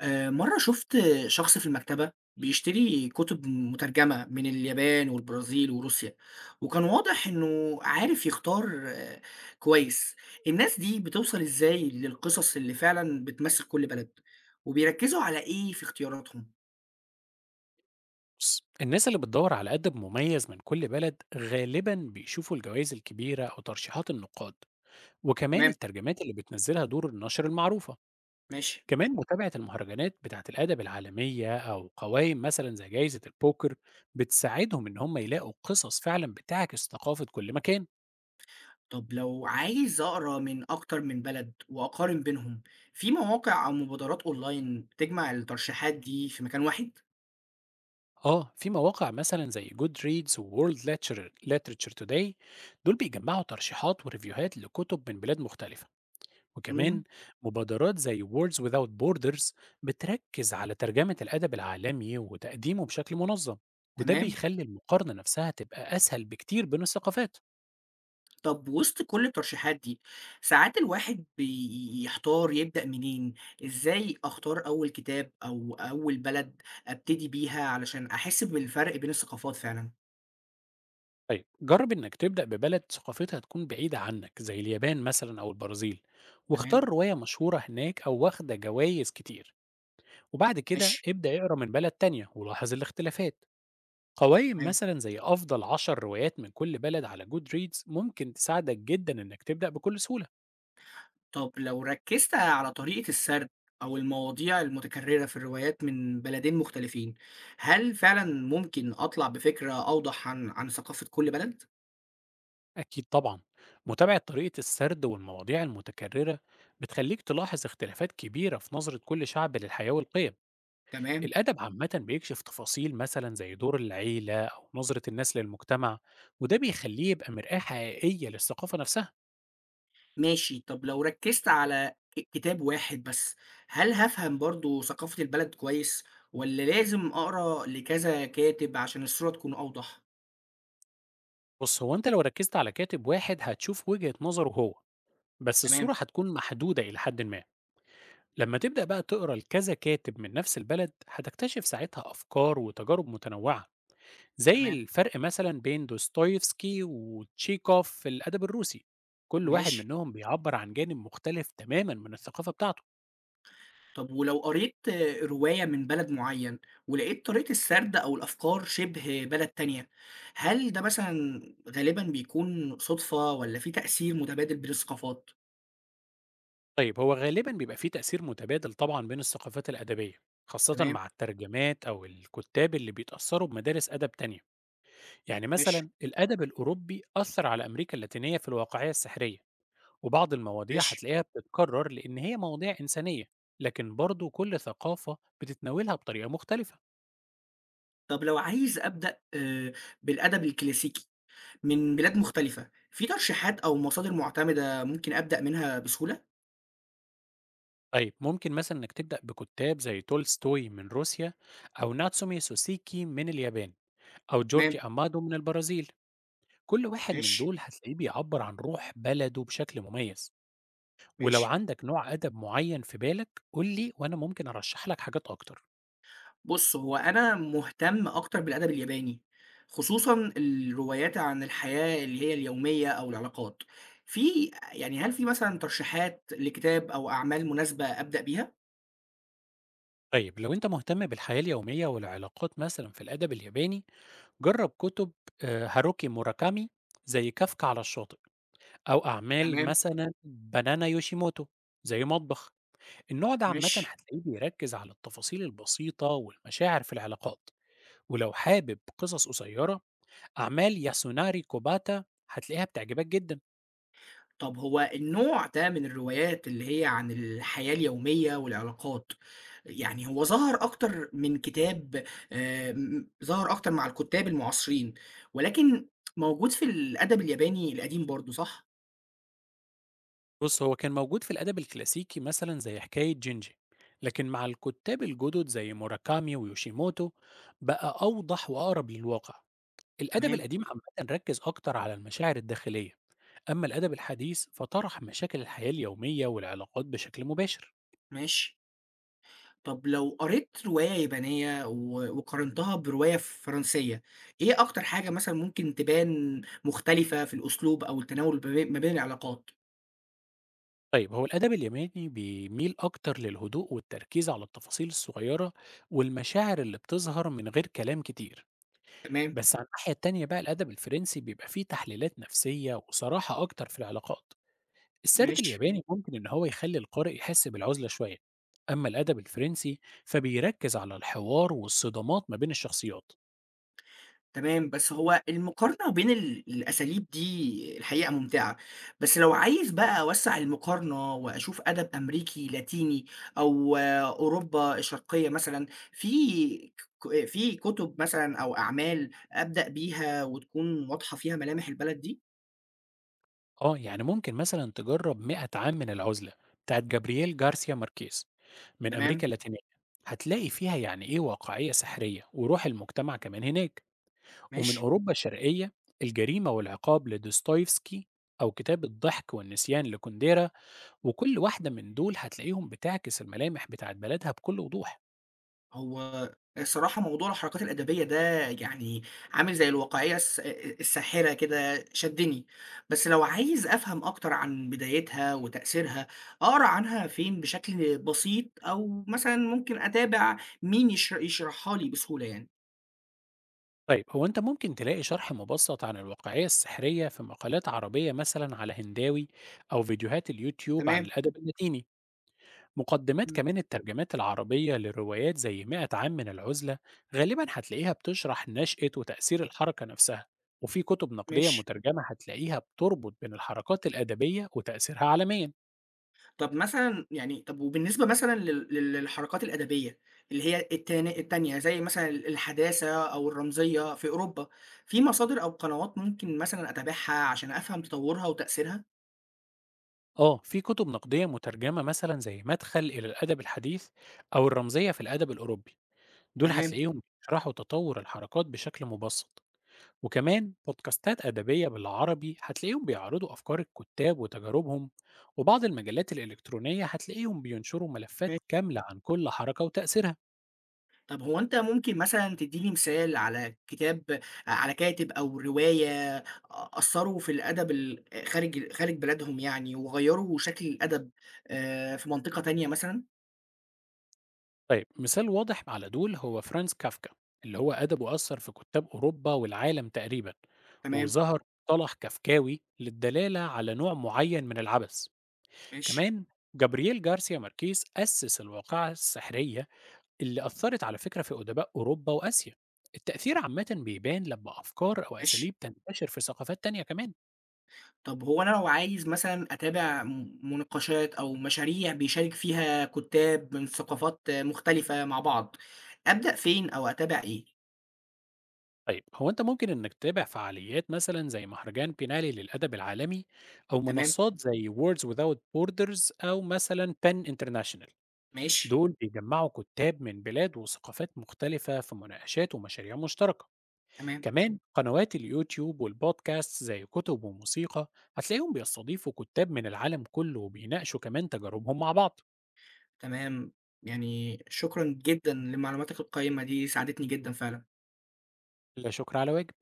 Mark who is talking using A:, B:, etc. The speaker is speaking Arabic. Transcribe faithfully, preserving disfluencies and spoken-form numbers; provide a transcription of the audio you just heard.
A: آآ مرّة شُفت شخص في المكتبة بيشتري كُتب مترجمة من اليابان والبرازيل وروسيا، وكان واضح إنه عارف يختار آه، كويس. الناس دي بتوصل إزاي للقصص اللي فعلًا بتمثّل كل بلد؟ وبيركّزوا على إيه في اختياراتهم؟
B: بص، الناس اللي بتدور على أدب مميز من كل بلد غالبا بيشوفوا الجوائز الكبيرة أو ترشيحات النقاد، وكمان
A: تمام،
B: الترجمات اللي بتنزلها دور النشر المعروفة.
A: ماشي.
B: كمان متابعة المهرجانات بتاعة الأدب العالمية أو قوائم مثلا زي جائزة البوكر بتساعدهم إن هم يلاقوا قصص فعلا بتعكس ثقافة كل مكان.
A: طب لو عايز أقرا من أكتر من بلد وأقارن بينهم، في مواقع أو مبادرات أونلاين بتجمع الترشيحات دي في مكان واحد؟
B: اه، في مواقع مثلا زي جود ريدز وورلد لاتشر توداي، دول بيجمعوا ترشيحات وريفيوهات لكتب من بلاد مختلفة. وكمان
A: إمم،
B: مبادرات زي Words Without Borders بتركز على ترجمة الأدب العالمي وتقديمه بشكل منظم. وده
A: تمام.
B: بيخلي المقارنة نفسها تبقى أسهل بكتير بين الثقافات.
A: طب وسط كل الترشيحات دي، ساعات الواحد بيحتار يبدأ منين، إزاي أختار أول كتاب أو أول بلد أبتدي بيها علشان أحس بالفرق بين الثقافات فعلًا؟
B: طيب، جرب إنك تبدأ ببلد ثقافتها تكون بعيدة عنك زي اليابان مثلا أو البرازيل،
A: تمام،
B: واختار رواية مشهورة هناك أو واخدة جوائز كتير. وبعد كده
A: ماشي،
B: ابدأ اقرأ من بلد تانية ولاحظ الاختلافات. قوائم
A: تمام.
B: مثلا زي أفضل عشر روايات من كل بلد على جود ريدز ممكن تساعدك جدا إنك تبدأ بكل سهولة.
A: طب لو ركزت على طريقة السرد أو المواضيع المتكررة في الروايات من بلدين مختلفين، هل فعلًا ممكن أطلع بفكرة أوضح عن عن ثقافة كل بلد؟
B: أكيد طبعا. متابعة طريقة السرد والمواضيع المتكررة بتخليك تلاحظ اختلافات كبيرة في نظرة كل شعب للحياة والقيم.
A: تمام.
B: الأدب عامة بيكشف تفاصيل مثلا زي دور العيلة أو نظرة الناس للمجتمع، وده بيخليه يبقى مرآة حقيقية للثقافة نفسها.
A: ماشي، طب لو ركّزت على ك كتاب واحد بس، هل هافهم برضه ثقافة البلد كويس والّا لازم أقرا لكذا كاتب عشان الصورة تكون أوضح؟
B: بص، هو أنت لو ركزت على كاتب واحد هتشوف وجهة نظره هو، بس الصورة
A: تمام،
B: هتكون محدودة إلى حد ما. لما تبدأ بقى تقرأ لكذا كاتب من نفس البلد هتكتشف ساعتها أفكار وتجارب متنوعة، زي
A: تمام،
B: الفرق مثلا بين دوستويفسكي وتشيكوف في الأدب الروسي. كل واحد
A: ماشي.
B: منهم بيعبر عن جانب مختلف تماما من الثقافة بتاعته.
A: طب ولو قريت آه، رواية من بلد معيّن ولقيت طريقة السرد أو الأفكار شبه بلد تانية، هل ده مثلًا غالبًا بيكون صُدفة والّا في تأثير متبادل بين الثقافات؟
B: طيب، هو غالبا بيبقى فيه تأثير متبادل طبعا بين الثقافات الأدبية، خاصة
A: تمام،
B: مع الترجمات أو الكتاب اللي بيتأثروا بمدارس أدب تانية. يعني
A: ماشي،
B: مثلا الأدب الأوروبي أثر على أمريكا اللاتينية في الواقعية السحرية. وبعض المواضيع
A: ماشي.
B: هتلاقيها بتتكرر لأن هي مواضيع إنسانية. لكن برضو كل ثقافة بتتناولها بطريقة مختلفة.
A: طب لو عايز أبدأ آآ بالأدب الكلاسيكي من بلاد مختلفة، في ترشيحات أو مصادر مُعتمدة ممكن أبدأ منها بسهولة؟
B: طيب، ممكن مثلا إنك تبدأ بكتاب زي تولستوي من روسيا، أو ناتسومي سوسيكي من اليابان، أو
A: تمام،
B: جورجي أمادو من البرازيل. كل واحد من
A: ماشي،
B: دول هتلاقيه بيعبر عن روح بلده بشكل مميز. ولو
A: ماشي.
B: عندك نوع أدب معين في بالك قول لي، وأنا ممكن أرشح لك حاجات أكتر.
A: بُص، هو أنا مهتم أكتر بالأدب الياباني، خصوصًا الروايات عن الحياة اللي هي اليومية أو العلاقات. في يعني هل في مثلًا ترشيحات لكتاب أو أعمال مناسبة أبدأ بيها؟
B: طيب، لو أنت مهتم بالحياة اليومية والعلاقات مثلا في الأدب الياباني، جرب كتب آه، هاروكي موراكامي، زي كافكا على الشاطئ، أو أعمال
A: تمام،
B: مثلا بنانا يوشيموتو، زي مطبخ. النوع ده عامة
A: ماشي.
B: هتلاقيه بيركز على التفاصيل البسيطة والمشاعر في العلاقات. ولو حابب قصص قصيرة، أعمال ياسوناري كوباتا هتلاقيها بتعجبك جدا.
A: طب هو النوع ده من الروايات اللي هي عن الحياة اليومية والعلاقات، يعني هو ظهر أكتر من كتاب آآ م ظهر أكتر مع الكُتّاب المعاصرين، ولكن موجود في الأدب الياباني القديم برضه صح؟
B: بص، هو كان موجود في الأدب الكلاسيكي مثلا زي حكاية جينجي، لكن مع الكتاب الجدد زي موراكامي ويوشيموتو بقى أوضح وأقرب للواقع. الأدب
A: تمام،
B: القديم عامة ركز أكتر على المشاعر الداخلية، أما الأدب الحديث فطرح مشاكل الحياة اليومية والعلاقات بشكل مباشر.
A: ماشي. طب لو قريت رواية يابانية و وقارنتها برواية فرنسية، إيه أكتر حاجة مثلًا ممكن تبان مختلفة في الأسلوب أو التناول ما بي ما بين العلاقات؟
B: طيب، هو الأدب الياباني بيميل أكتر للهدوء والتركيز على التفاصيل الصغيرة والمشاعر اللي بتظهر من غير كلام كتير.
A: تمام،
B: بس على الناحية التانية بقى الأدب الفرنسي بيبقى فيه تحليلات نفسية وصراحة أكتر في العلاقات. السرد
A: ماشي.
B: الياباني ممكن إن هو يخلي القارئ يحس بالعزلة شوية. أما الأدب الفرنسي فبيركز على الحوار والصدامات ما بين الشخصيات.
A: تمام، بس هو المقارنة بين ال الأساليب دي الحقيقة ممتعة، بس لو عايز بقى أوسّع المقارنة وأشوف أدب أمريكي، لاتيني أو آه، أوروبا الشرقية مثلًا، في ك في كُتب مثلًا أو أعمال أبدأ بيها وتكون واضحة فيها ملامح البلد دي؟
B: آه، يعني ممكن مثلًا تجرّب مئة عام من العزلة بتاعة جابرييل جارسيا ماركيز من أمريكا
A: تمام،
B: اللاتينية، هتلاقي فيها يعني إيه واقعية سحرية وروح المجتمع كمان هناك. ومن
A: ماشي.
B: أوروبا الشرقية، الجريمة والعقاب لدوستويفسكي، أو كتاب الضحك والنسيان لكونديرا، وكل واحدة من دول هتلاقيهم بتعكس الملامح بتاعة بلدها بكل وضوح.
A: هو الصراحة موضوع الحركات الأدبية ده يعني عامل زي الواقعية الس الساحرة كده شدّني، بس لو عايز أفهم أكتر عن بدايتها وتأثيرها، أقرا عنها فين بشكل بسيط أو مثلًا ممكن أتابع مين يش يشرحها لي بسهولة يعني؟
B: طيب، هو أنت ممكن تلاقي شرح مبسط عن الواقعية السحرية في مقالات عربية مثلًا على هنداوي، أو فيديوهات اليوتيوب عن
A: تمام،
B: الأدب اللاتيني. مقدمات
A: إمم.
B: كمان الترجمات العربية لروايات زي مئة عام من العزلة غالبا هتلاقيها بتشرح نشأة وتأثير الحركة نفسها. وفي كتب نقدية
A: ماشي.
B: مترجمة هتلاقيها بتربط بين الحركات الأدبية وتأثيرها عالميا.
A: طب مثلًا يعني طب وبالنسبة مثلًا لل لل للحركات الأدبية، اللي هي التان التانية زي مثلًا ال الحداثة أو الرمزية في أوروبا، في مصادر أو قنوات ممكن مثلًا أتابعها عشان أفهم تطورها وتأثيرها؟
B: آه، في كتب نقدية مترجمة مثلا زي مدخل إلى الأدب الحديث، أو الرمزية في الأدب الأوروبي، دول
A: تمام،
B: هتلاقيهم بيشرحوا تطور الحركات بشكل مبسط. وكمان بودكاستات أدبية بالعربي هتلاقيهم بيعرضوا أفكار الكتاب وتجاربهم. وبعض المجلات الإلكترونية هتلاقيهم بينشروا ملفات
A: ماشي.
B: كاملة عن كل حركة وتأثيرها.
A: طب هو أنت ممكن مثلًا تدّيني مثال على كتاب على كاتب أو رواية أثّروا في الأدب ال خارج خارج بلادهم يعني وغيّروا شكل الأدب آآ في منطقة تانية مثلًا؟
B: طيب، مثال واضح على دول هو فرانز كافكا، اللي هو أدبه أثر في كتاب أوروبا والعالم تقريبا،
A: تمام،
B: وظهر مصطلح كافكاوي للدلالة على نوع معين من العبث.
A: ماشي،
B: كمان جابرييل جارسيا ماركيز أسس الواقعة السحرية اللي أثّرت على فكرة في أدباء أوروبا وآسيا. التأثير عامةً بيبان لمّا أفكار أو
A: ماشي.
B: أساليب تنتشر في ثقافات تانية كمان.
A: طب هو أنا لو عايز مثلًا أتابع م مناقشات أو مشاريع بيشارك فيها كُتّاب من ثقافات مختلفة مع بعض، أبدأ فين أو أتابع إيه؟
B: طيب، هو أنت ممكن إنّك تتابع فعاليات مثلًا زي مهرجان بينالي للأدب العالمي، أو
A: تمام،
B: منصّات زي words without borders أو مثلًا pen international.
A: ماشي،
B: دول بيجمّعوا كُتّاب من بلاد وثقافات مختلفة في مناقشات ومشاريع مشتركة.
A: تمام،
B: كمان قنوات اليوتيوب والبودكاست زي كُتب وموسيقى، هتلاقيهم بيستضيفوا كُتّاب من العالم كُلّه وبيناقشوا كمان تجاربهم مع بعض.
A: تمام. يعني شكرًا جدًا لمعلوماتك القيّمة دي، ساعدتني جدًا فعلًا.
B: لا شكر على واجب.